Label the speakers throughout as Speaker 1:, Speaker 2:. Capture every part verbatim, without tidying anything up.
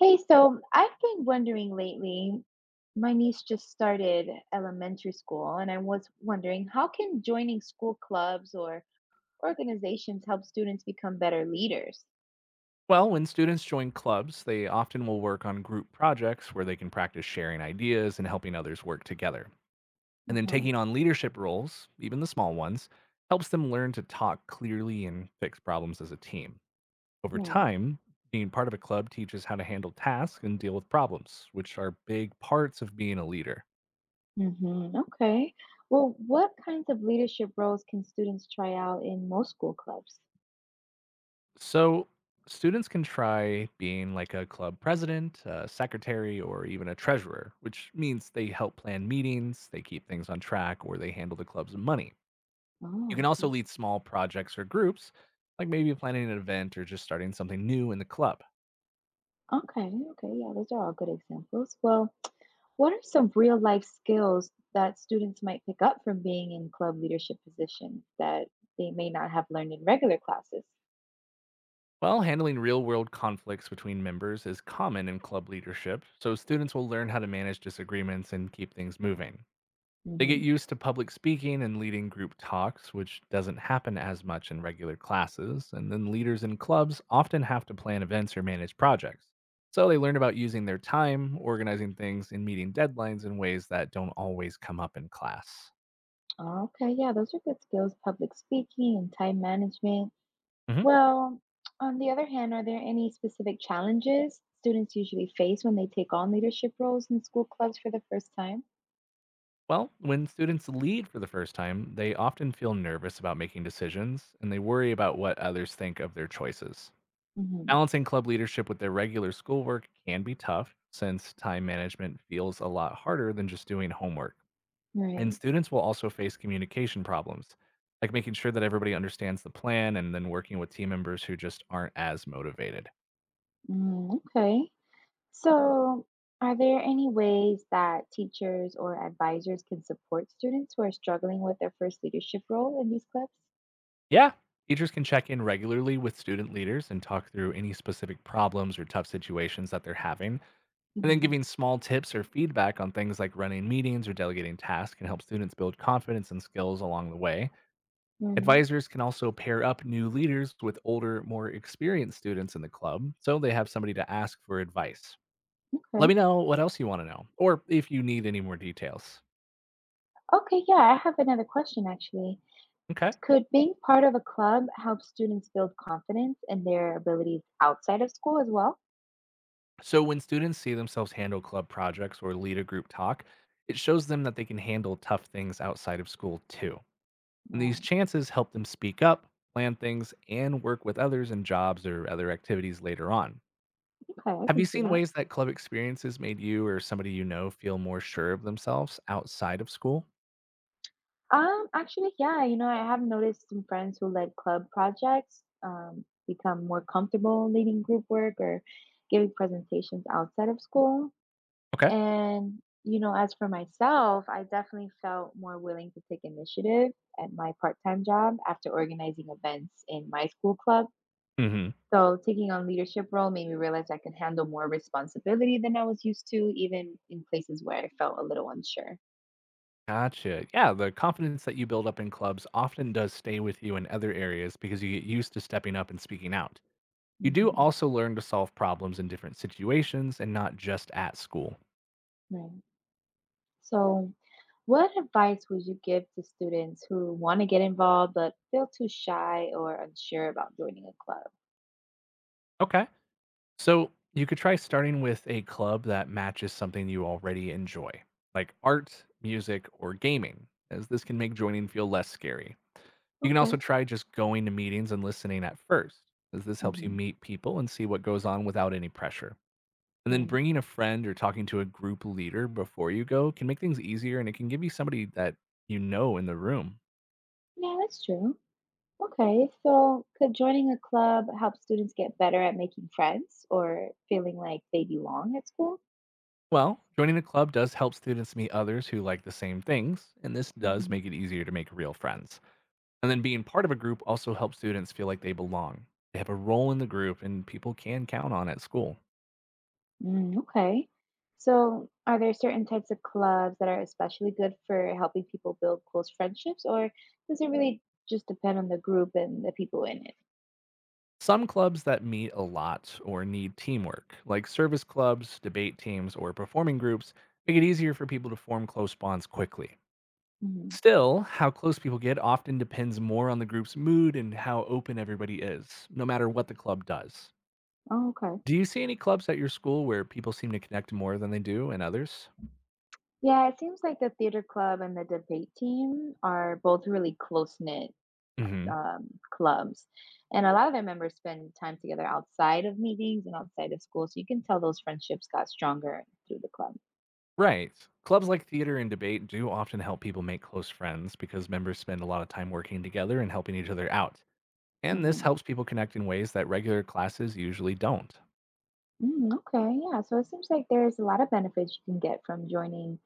Speaker 1: Hey, so I've been wondering lately, my niece just started elementary school, and I was wondering how can joining school clubs or organizations help students become better leaders?
Speaker 2: Well, when students join clubs, they often will work on group projects where they can practice sharing ideas and helping others work together. And then
Speaker 1: Uh-huh,
Speaker 2: taking on leadership roles, even the small ones, helps them learn to talk clearly and fix problems as a team. Over
Speaker 1: right.
Speaker 2: time, being part of a club teaches how to handle tasks and deal with problems, which are big parts of being a leader.
Speaker 1: Mm-hmm. Okay. Well, what kinds of leadership roles can students try out in most school clubs?
Speaker 2: So students can try being like a club president, a secretary, or even a treasurer, which means they help plan meetings, they keep things on track, or they handle the club's money. You can
Speaker 1: Oh,
Speaker 2: also
Speaker 1: okay.
Speaker 2: lead small projects or groups, like maybe planning an event or just starting something new in the club.
Speaker 1: Okay, okay. Yeah, those are all good examples. Well, what are some real life skills that students might pick up from being in club leadership positions that they may not have learned in regular classes?
Speaker 2: While handling real world conflicts between members is common in club leadership, so students will learn how to manage disagreements and keep things moving. They get
Speaker 1: hmm
Speaker 2: used to public speaking and leading group talks, which doesn't happen as much in regular classes. And then leaders in clubs often have to plan events or manage projects. So they learn about using their time, organizing things, and meeting deadlines in ways that don't always come up in class.
Speaker 1: Okay, yeah, those are good skills, public speaking and time management.
Speaker 2: Mhm.
Speaker 1: Well, on the other hand, are there any specific challenges students usually face when they take on leadership roles in school clubs for the first time?
Speaker 2: Well, when students lead for the first time, they often feel nervous about making decisions and they worry about what others think of their choices.
Speaker 1: hmm
Speaker 2: Balancing club leadership with their regular schoolwork can be tough since time management feels a lot harder than just doing homework. And
Speaker 1: Right.
Speaker 2: students will also face communication problems, like making sure that everybody understands the plan and then working with team members who just aren't as motivated.
Speaker 1: Mm, okay. So, are there any ways that teachers or advisors can support students who are struggling with their first leadership role in these clips?
Speaker 2: Yeah, teachers can check in regularly with student leaders and talk through any specific problems or tough situations that they're having. And then
Speaker 1: hmm
Speaker 2: giving small tips or feedback on things like running meetings or delegating tasks can help students build confidence and skills along the way.
Speaker 1: Right.
Speaker 2: Advisors can also pair up new leaders with older, more experienced students in the club so they have somebody to ask for advice. Let
Speaker 1: Okay.
Speaker 2: me know what else you want to know or if you need any more details.
Speaker 1: Okay, yeah, I have another question actually.
Speaker 2: Okay.
Speaker 1: Could being part of a club help students build confidence in their abilities outside of school as well?
Speaker 2: So, when students see themselves handle club projects or lead a group talk, it shows them that they can handle tough things outside of school too. And these
Speaker 1: Right.
Speaker 2: chances help them speak up, plan things, and work with others in jobs or other activities later on.
Speaker 1: Okay, I
Speaker 2: Have you
Speaker 1: can see
Speaker 2: seen
Speaker 1: that.
Speaker 2: ways that club experiences made you or somebody you know feel more sure of themselves outside of school?
Speaker 1: Um, actually, yeah, you know, I have noticed some friends who led club projects um, become more comfortable leading group work or giving presentations outside of school.
Speaker 2: Okay.
Speaker 1: And, you know, as for myself, I definitely felt more willing to take initiative at my part time job after organizing events in my school club.
Speaker 2: Hmm.
Speaker 1: So taking on leadership role made me realize I can handle more responsibility than I was used to, even in places where I felt a little unsure.
Speaker 2: Gotcha. Yeah, the confidence that you build up in clubs often does stay with you in other areas because you get used to stepping up and speaking out. You do
Speaker 1: hmm
Speaker 2: also learn to solve problems in different situations and not just at school.
Speaker 1: Right. So, what advice would you give to students who want to get involved but feel too shy or unsure about joining a club?
Speaker 2: Okay. So you could try starting with a club that matches something you already enjoy, like art, music, or gaming, as this can make joining feel less scary. You can also
Speaker 1: Okay.
Speaker 2: try just going to meetings and listening at first, as this helps you
Speaker 1: hmm
Speaker 2: meet people and see what goes on without any pressure. And then
Speaker 1: Right.
Speaker 2: bringing a friend or talking to a group leader before you go can make things easier and it can give you somebody that you know in the room.
Speaker 1: Yeah, that's true. Okay, so could joining a club help students get better at making friends or feeling like they belong at school?
Speaker 2: Well, joining a club does help students meet others who like the same things, and this does
Speaker 1: hmm
Speaker 2: make it easier to make real friends. And then being part of a group also helps students feel like they belong. They have a role in the group and people can count on at school.
Speaker 1: Mm, okay. So, are there certain types of clubs that are especially good for helping people build close friendships, or does it really just depend on the group and the people in it?
Speaker 2: Some clubs that meet a lot or need teamwork, like service clubs, debate teams, or performing groups, make it easier for people to form close bonds quickly.
Speaker 1: hmm
Speaker 2: Still, how close people get often depends more on the group's mood and how open everybody is, no matter what the club does.
Speaker 1: Oh, okay.
Speaker 2: Do you see any clubs at your school where people seem to connect more than they do and others?
Speaker 1: Yeah, it seems like the theater club and the debate team are both really close-knit,
Speaker 2: Hmm.
Speaker 1: um, clubs, and a lot of their members spend time together outside of meetings and outside of school, so you can tell those friendships got stronger through the club.
Speaker 2: Right. Clubs like theater and debate do often help people make close friends because members spend a lot of time working together and helping each other out. And this
Speaker 1: Mhm.
Speaker 2: helps people connect in ways that regular classes usually don't.
Speaker 1: Mm, okay, yeah, so it seems like there's a lot of benefits you can get from joining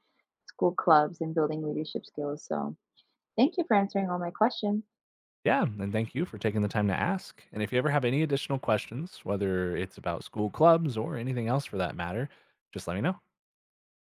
Speaker 1: school clubs and building leadership skills, so thank you for answering all my questions.
Speaker 2: Yeah, and thank you for taking the time to ask. And if you ever have any additional questions, whether it's about school clubs or anything else for that matter, just let me know.